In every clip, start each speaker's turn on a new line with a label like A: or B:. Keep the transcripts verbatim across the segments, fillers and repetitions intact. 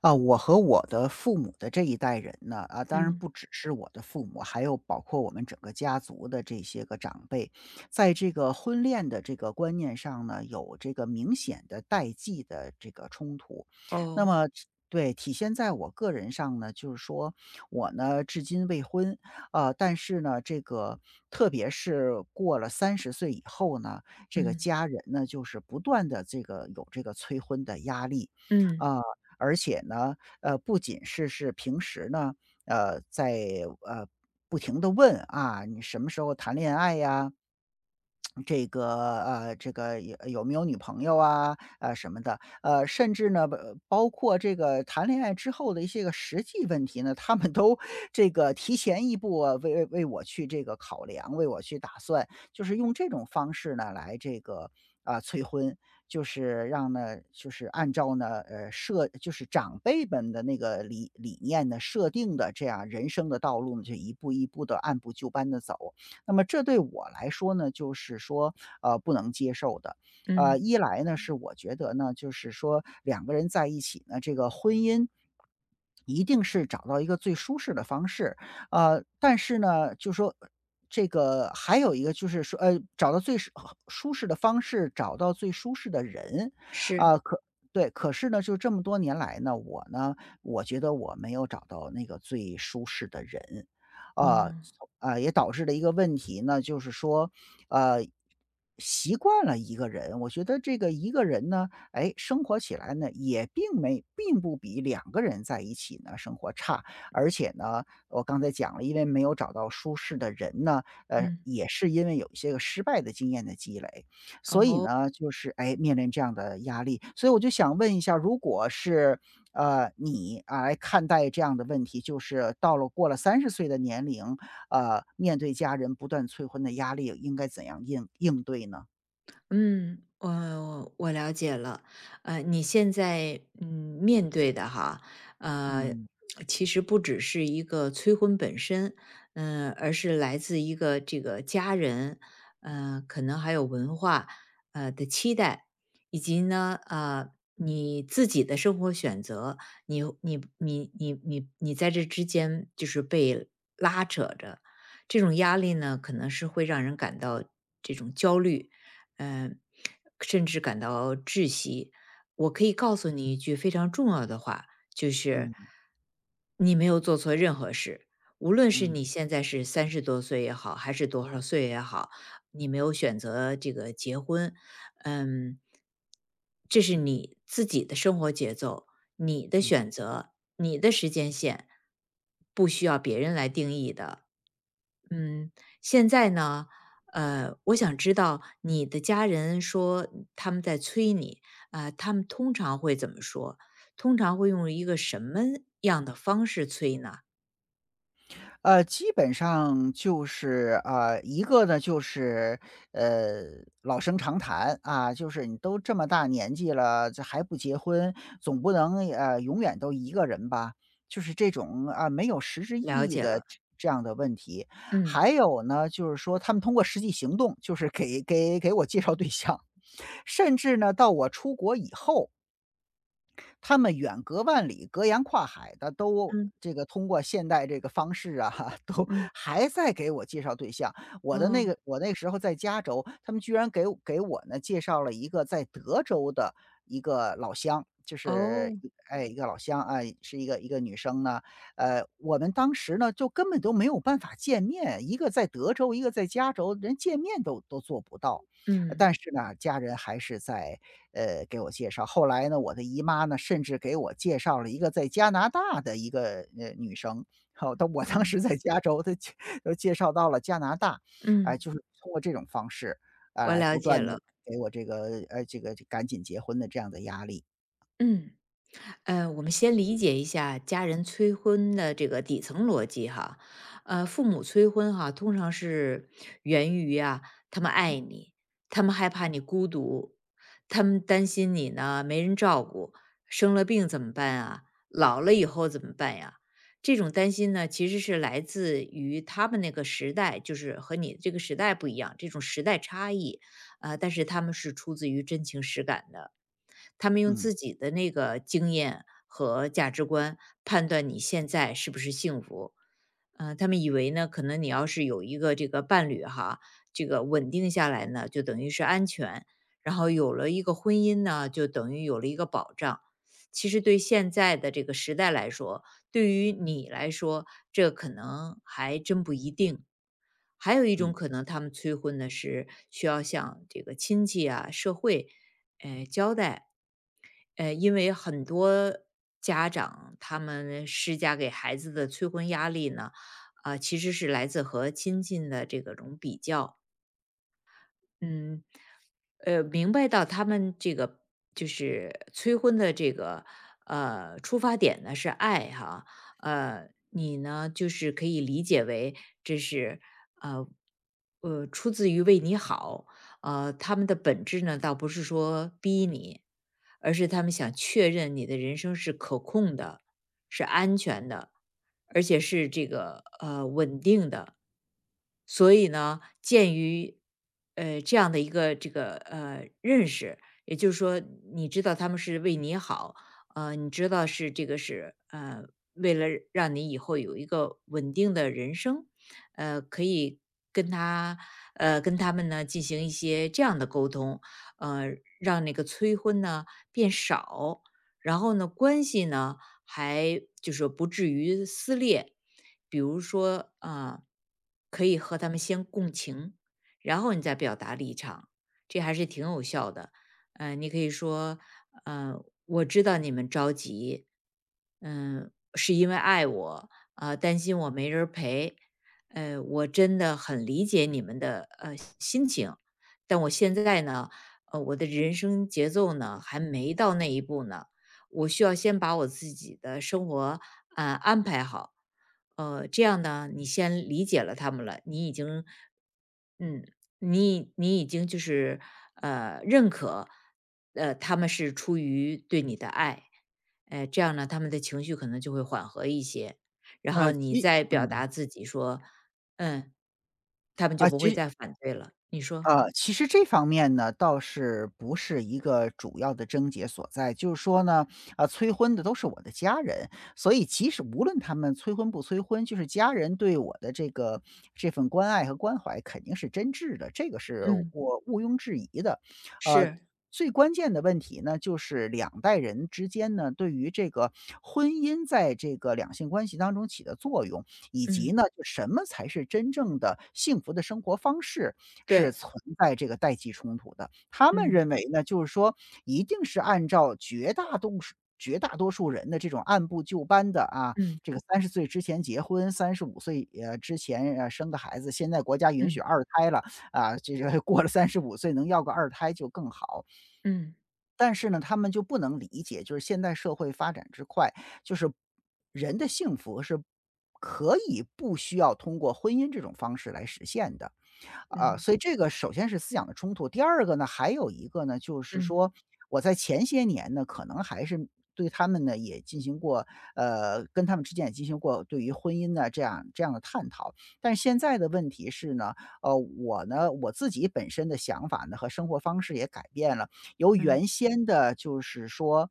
A: 啊，我和我的父母的这一代人呢，啊，当然
B: 嗯，
A: 不只是我的父母，还有包括我们整个家族的这些个长辈，在这个婚恋的这个观念上呢，有这个明显的代际的这个冲突。那
B: 哦，
A: 么这对，体现在我个人上呢，就是说我呢至今未婚，啊，但是呢，这个特别是过了三十岁以后呢，这个
B: 嗯，
A: 家人呢，就是不断的这个有这个催婚的压力，
B: 嗯，
A: 啊。而且呢，呃，不仅是是平时呢，呃，在，呃，不停的问，啊，你什么时候谈恋爱呀？这个呃，这个有有没有女朋友啊，呃，什么的。呃，甚至呢，呃包括这个谈恋爱之后的一些个实际问题呢，他们都这个提前一步啊，为为为我去这个考量，为我去打算，就是用这种方式呢来这个啊，催婚。就是让呢就是按照呢，呃，设就是长辈们的那个理理念呢设定的这样人生的道路呢，就一步一步的按部就班的走。那么这对我来说呢，就是说，呃，不能接受的。呃，
B: 嗯，
A: 一来呢，是我觉得呢，就是说两个人在一起呢，这个婚姻一定是找到一个最舒适的方式。呃，但是呢，就说这个还有一个就是说，呃，找到最适舒适的方式，找到最舒适的人，
B: 是，
A: 啊，可对，可是呢，就这么多年来呢，我呢，我觉得我没有找到那个最舒适的人，啊，啊，
B: 嗯，
A: 呃也导致了一个问题呢，就是说，呃，习惯了一个人，我觉得这个一个人呢，哎，生活起来呢，也并没并不比两个人在一起呢生活差，而且呢，我刚才讲了，因为没有找到舒适的人呢，呃，
B: 嗯，
A: 也是因为有一些个失败的经验的积累，所以
B: 哦。
A: 呢，就是哎，面临这样的压力，所以我就想问一下，如果是呃，你啊来看待这样的问题，就是到了过了三十岁的年龄，呃，面对家人不断催婚的压力，应该怎样应应对呢？
B: 嗯，我我了解了。呃，你现在嗯面对的哈，呃，
A: 嗯，
B: 其实不只是一个催婚本身，嗯、而是来自一个这个家人，呃，可能还有文化呃的期待，以及呢，呃，你自己的生活选择，你你你你你你在这之间就是被拉扯着，这种压力呢，可能是会让人感到这种焦虑。嗯，甚至感到窒息。我可以告诉你一句非常重要的话，就是
A: 嗯，嗯，
B: 你没有做错任何事。无论是
A: 嗯。
B: 你现在是三十多岁也好，还是多少岁也好，你没有选择这个结婚，嗯，这是你自己的生活节奏，你的选择，你的时间线，不需要别人来定义的。嗯，现在呢，呃，我想知道你的家人说他们在催你，啊，他们通常会怎么说？通常会用一个什么样的方式催呢？
A: 呃，基本上就是，呃，一个呢就是，呃，老生常谈啊，就是你都这么大年纪了，这还不结婚，总不能，呃，永远都一个人吧？就是这种啊，没有实质意
B: 了
A: 义
B: 解
A: 的
B: 了，
A: 这这样的问题。
B: 嗯，
A: 还有呢，就是说他们通过实际行动，就是给给给我介绍对象，甚至呢，到我出国以后，他们远隔万里、隔洋跨海的都
B: 嗯，
A: 这个通过现代这个方式啊，都
B: 嗯，
A: 还在给我介绍对象。我的
B: 哦，
A: 那个我那个时候在加州，他们居然给我给我呢介绍了一个在德州的一个老乡，就是
B: 哦，
A: 一哎，一个老乡啊，是一个一个女生呢。呃，我们当时呢就根本都没有办法见面，一个在德州，一个在加州，连见面都都做不到。呃
B: 嗯，
A: 但是呢，家人还是在呃，给我介绍。后来呢，我的姨妈呢，甚至给我介绍了一个在加拿大的一个，呃，女生，好，但我当
B: 嗯，
A: 时在加州，她介都介绍到了加拿大。哎，
B: 嗯，
A: 就是通过这种方式，
B: 我
A: 哎，不
B: 了解
A: 断的
B: 了，
A: 给我这个，呃，这个赶紧结婚的这样的压力。
B: 嗯。呃，我们先理解一下家人催婚的这个底层逻辑哈。呃，父母催婚哈，通常是源于啊，他们爱你，他们害怕你孤独，他们担心你呢没人照顾，生了病怎么办啊？老了以后怎么办呀？这种担心呢，其实是来自于他们那个时代，就是和你这个时代不一样，这种时代差异，呃，但是他们是出自于真情实感的。他们用
A: 嗯，
B: 自己的那个经验和价值观判断你现在是不是幸福。嗯，他们以为呢，可能你要是有一个这个伴侣哈，这个稳定下来呢，就等于是安全，然后有了一个婚姻呢，就等于有了一个保障。其实对现在的这个时代来说，对于你来说，这可能还真不一定。还有一种
A: 嗯，
B: 可能，他们催婚呢是需要向这个亲戚啊、社会，呃交代，呃，因为很多家长他们施加给孩子的催婚压力呢，啊、其实是来自和亲近的这个种比较，嗯，呃，明白到他们这个就是催婚的这个呃出发点呢是爱哈，呃，你呢就是可以理解为这是呃呃出自于为你好，呃，他们的本质呢，倒不是说逼你，而是他们想确认你的人生是可控的，是安全的，而且是这个呃稳定的。所以呢，鉴于呃这样的一个这个呃认识，也就是说，你知道他们是为你好，呃，你知道是这个是呃为了让你以后有一个稳定的人生，呃，可以跟他呃，跟他们呢进行一些这样的沟通，呃，让那个催婚呢变少，然后呢关系呢还就是不至于撕裂，比如说啊、可以和他们先共情，然后你再表达立场，这还是挺有效的。呃，你可以说，呃，我知道你们着急，嗯、是因为爱我，啊、担心我没人陪，呃，我真的很理解你们的呃心情，但我现在呢，呃，我的人生节奏呢还没到那一步呢，我需要先把我自己的生活啊、呃安排好。呃，这样呢，你先理解了他们了，你已经，嗯，你你已经就是呃认可，呃，他们是出于对你的爱，呃，这样呢，他们的情绪可能就会缓和一些。然
A: 呃，
B: 后你
A: 其
B: 再表
A: 嗯，
B: 达自己说，嗯，他们就
A: 啊，
B: 不
A: 其
B: 会
A: 实。
B: 再反对了，你说？
A: 呃，其实这方面呢，倒是不是一个主要的症结所在。就是说呢，啊，催婚的都是我的家人，所以即使无论他们催婚不催婚，就是家人对我的这个这份关爱和关怀肯定是真挚的，这个是
B: 嗯，
A: 我毋庸置疑的。呃，
B: 是，
A: 最关键的问题呢，就是两代人之间呢，对于这个婚姻在这个两性关系当中起的作用，以及
B: 嗯，
A: 呢，就什么才是真正的幸福的生活方式，是
B: 对，
A: 存在这个代际冲突的。他们
B: 嗯，
A: 认为呢，就是说一定是按照绝大多数绝大多数人的这种按部就班的啊，
B: 嗯，
A: 这个三十岁之前结婚三十五岁，呃，之前，呃，生个孩子，现在国家允许
B: 嗯，
A: 二胎了，啊，这个过了三十五岁能要个二胎就更好。
B: 嗯，
A: 但是呢，他们就不能理解，就是现代社会发展之快，就是人的幸福是可以不需要通过婚姻这种方式来实现的。啊，
B: 嗯，
A: 所以这个首先是思想的冲突。第二个呢，还有一个呢，就是
B: 嗯，
A: 说我在前些年呢，可能还是对他们呢也进行过，呃，跟他们之间也进行过对于婚姻呢这样这样的探讨。但是现在的问题是呢，呃，我呢我自己本身的想法呢和生活方式也改变了，由
B: 嗯，
A: 原先的就是说，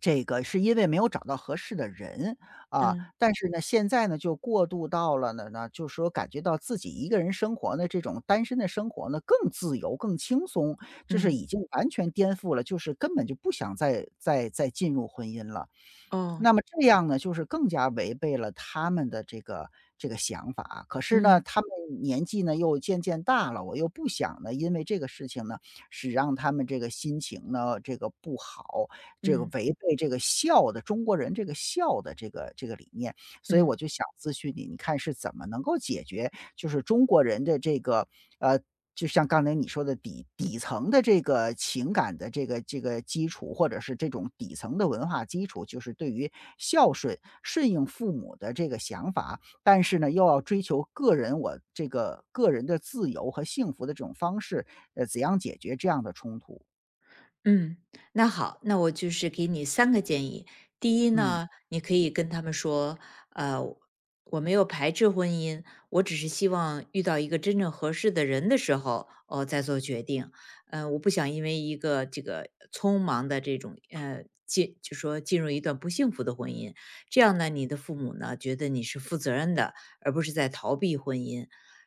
A: 这个是因为没有找到合适的人，啊，
B: 嗯，
A: 但是呢，现在呢，就过渡到了呢呢，就是说感觉到自己一个人生活呢，这种单身的生活呢，更自由、更轻松，就是
B: 嗯，
A: 已经完全颠覆了，就是根本就不想再再再进入婚姻了。
B: 哦，
A: 那么这样呢，就是更加违背了他们的这个这个想法啊。可是呢，
B: 嗯，
A: 他们年纪呢又渐渐大了，我又不想呢，因为这个事情呢，是让他们这个心情呢这个不好，这个
B: 嗯，
A: 违背这个孝的中国人这个孝的这个这个理念。所以我
B: 嗯。
A: 就想咨询你，你看是怎么能够解决就是中国人的这个呃，就像刚才你说的底底层的这个情感的这个这个基础，或者是这种底层的文化基础，就是对于孝顺、顺应父母的这个想法，但是呢，又要追求个人我这个个人的自由和幸福的这种方式，呃，怎样解决这样的冲突？
B: 嗯，那好，那我就是给你三个建议。第一
A: 嗯。
B: 呢，你可以跟他们说，呃，我没有排斥婚姻，我只是希望遇到一个真正合适的人的时候，哦，再做决定。呃，我不想因为一个这个匆忙的这种，呃，进就说进入一段不幸福的婚姻，这样呢，你的父母呢，觉得你是负责任的，而不是在逃避婚姻。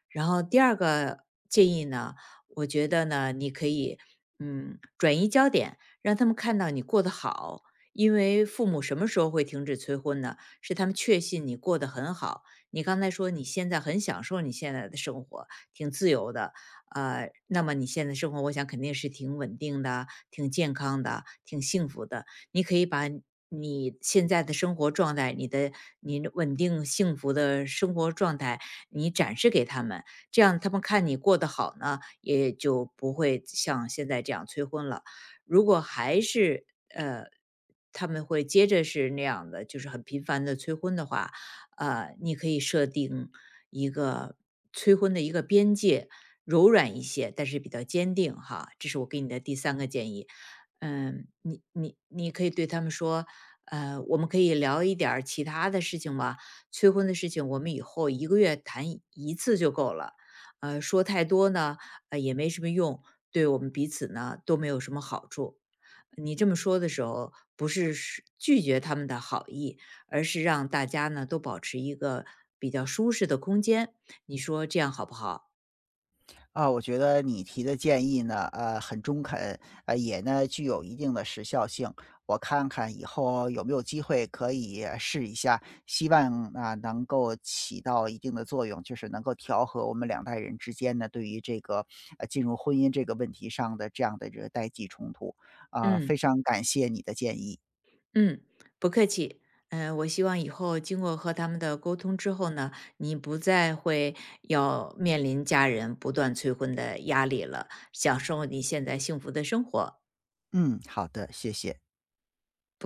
B: 然后第二个建议呢，我觉得呢，你可以嗯，转移焦点，让他们看到你过得好。因为父母什么时候会停止催婚呢？是他们确信你过得很好。你刚才说你现在很享受你现在的生活，挺自由的，呃，那么你现在生活，我想肯定是挺稳定的、挺健康的、挺幸福的。你可以把你现在的生活状态、你的你的稳定幸福的生活状态，你展示给他们，这样他们看你过得好呢，也就不会像现在这样催婚了。如果还是呃，他们会接着是那样的，就是很频繁的催婚的话，呃，你可以设定一个催婚的一个边界，柔软一些，但是比较坚定哈。这是我给你的第三个建议。嗯，你你你可以对他们说，呃，我们可以聊一点儿其他的事情吗？催婚的事情，我们以后一个月谈一次就够了。呃，说太多呢，呃，也没什么用，对我们彼此呢都没有什么好处。你这么说的时候，不是是拒绝他们的好意，而是让大家呢都保持一个比较舒适的空间。你说这样好不好？
A: 啊，我觉得你提的建议呢，呃，很中肯，呃，也呢具有一定的时效性。我看看以后有没有机会可以试一下，希望啊能够起到一定的作用，就是能够调和我们两代人之间呢对于这个呃进入婚姻这个问题上的这样的这个代际冲突。啊、
B: 嗯，
A: 非常感谢你的建议。
B: 嗯，不客气。嗯、我希望以后经过和他们的沟通之后呢，你不再会要面临家人不断催婚的压力了，享受你现在幸福的生活。
A: 嗯，好的，谢谢。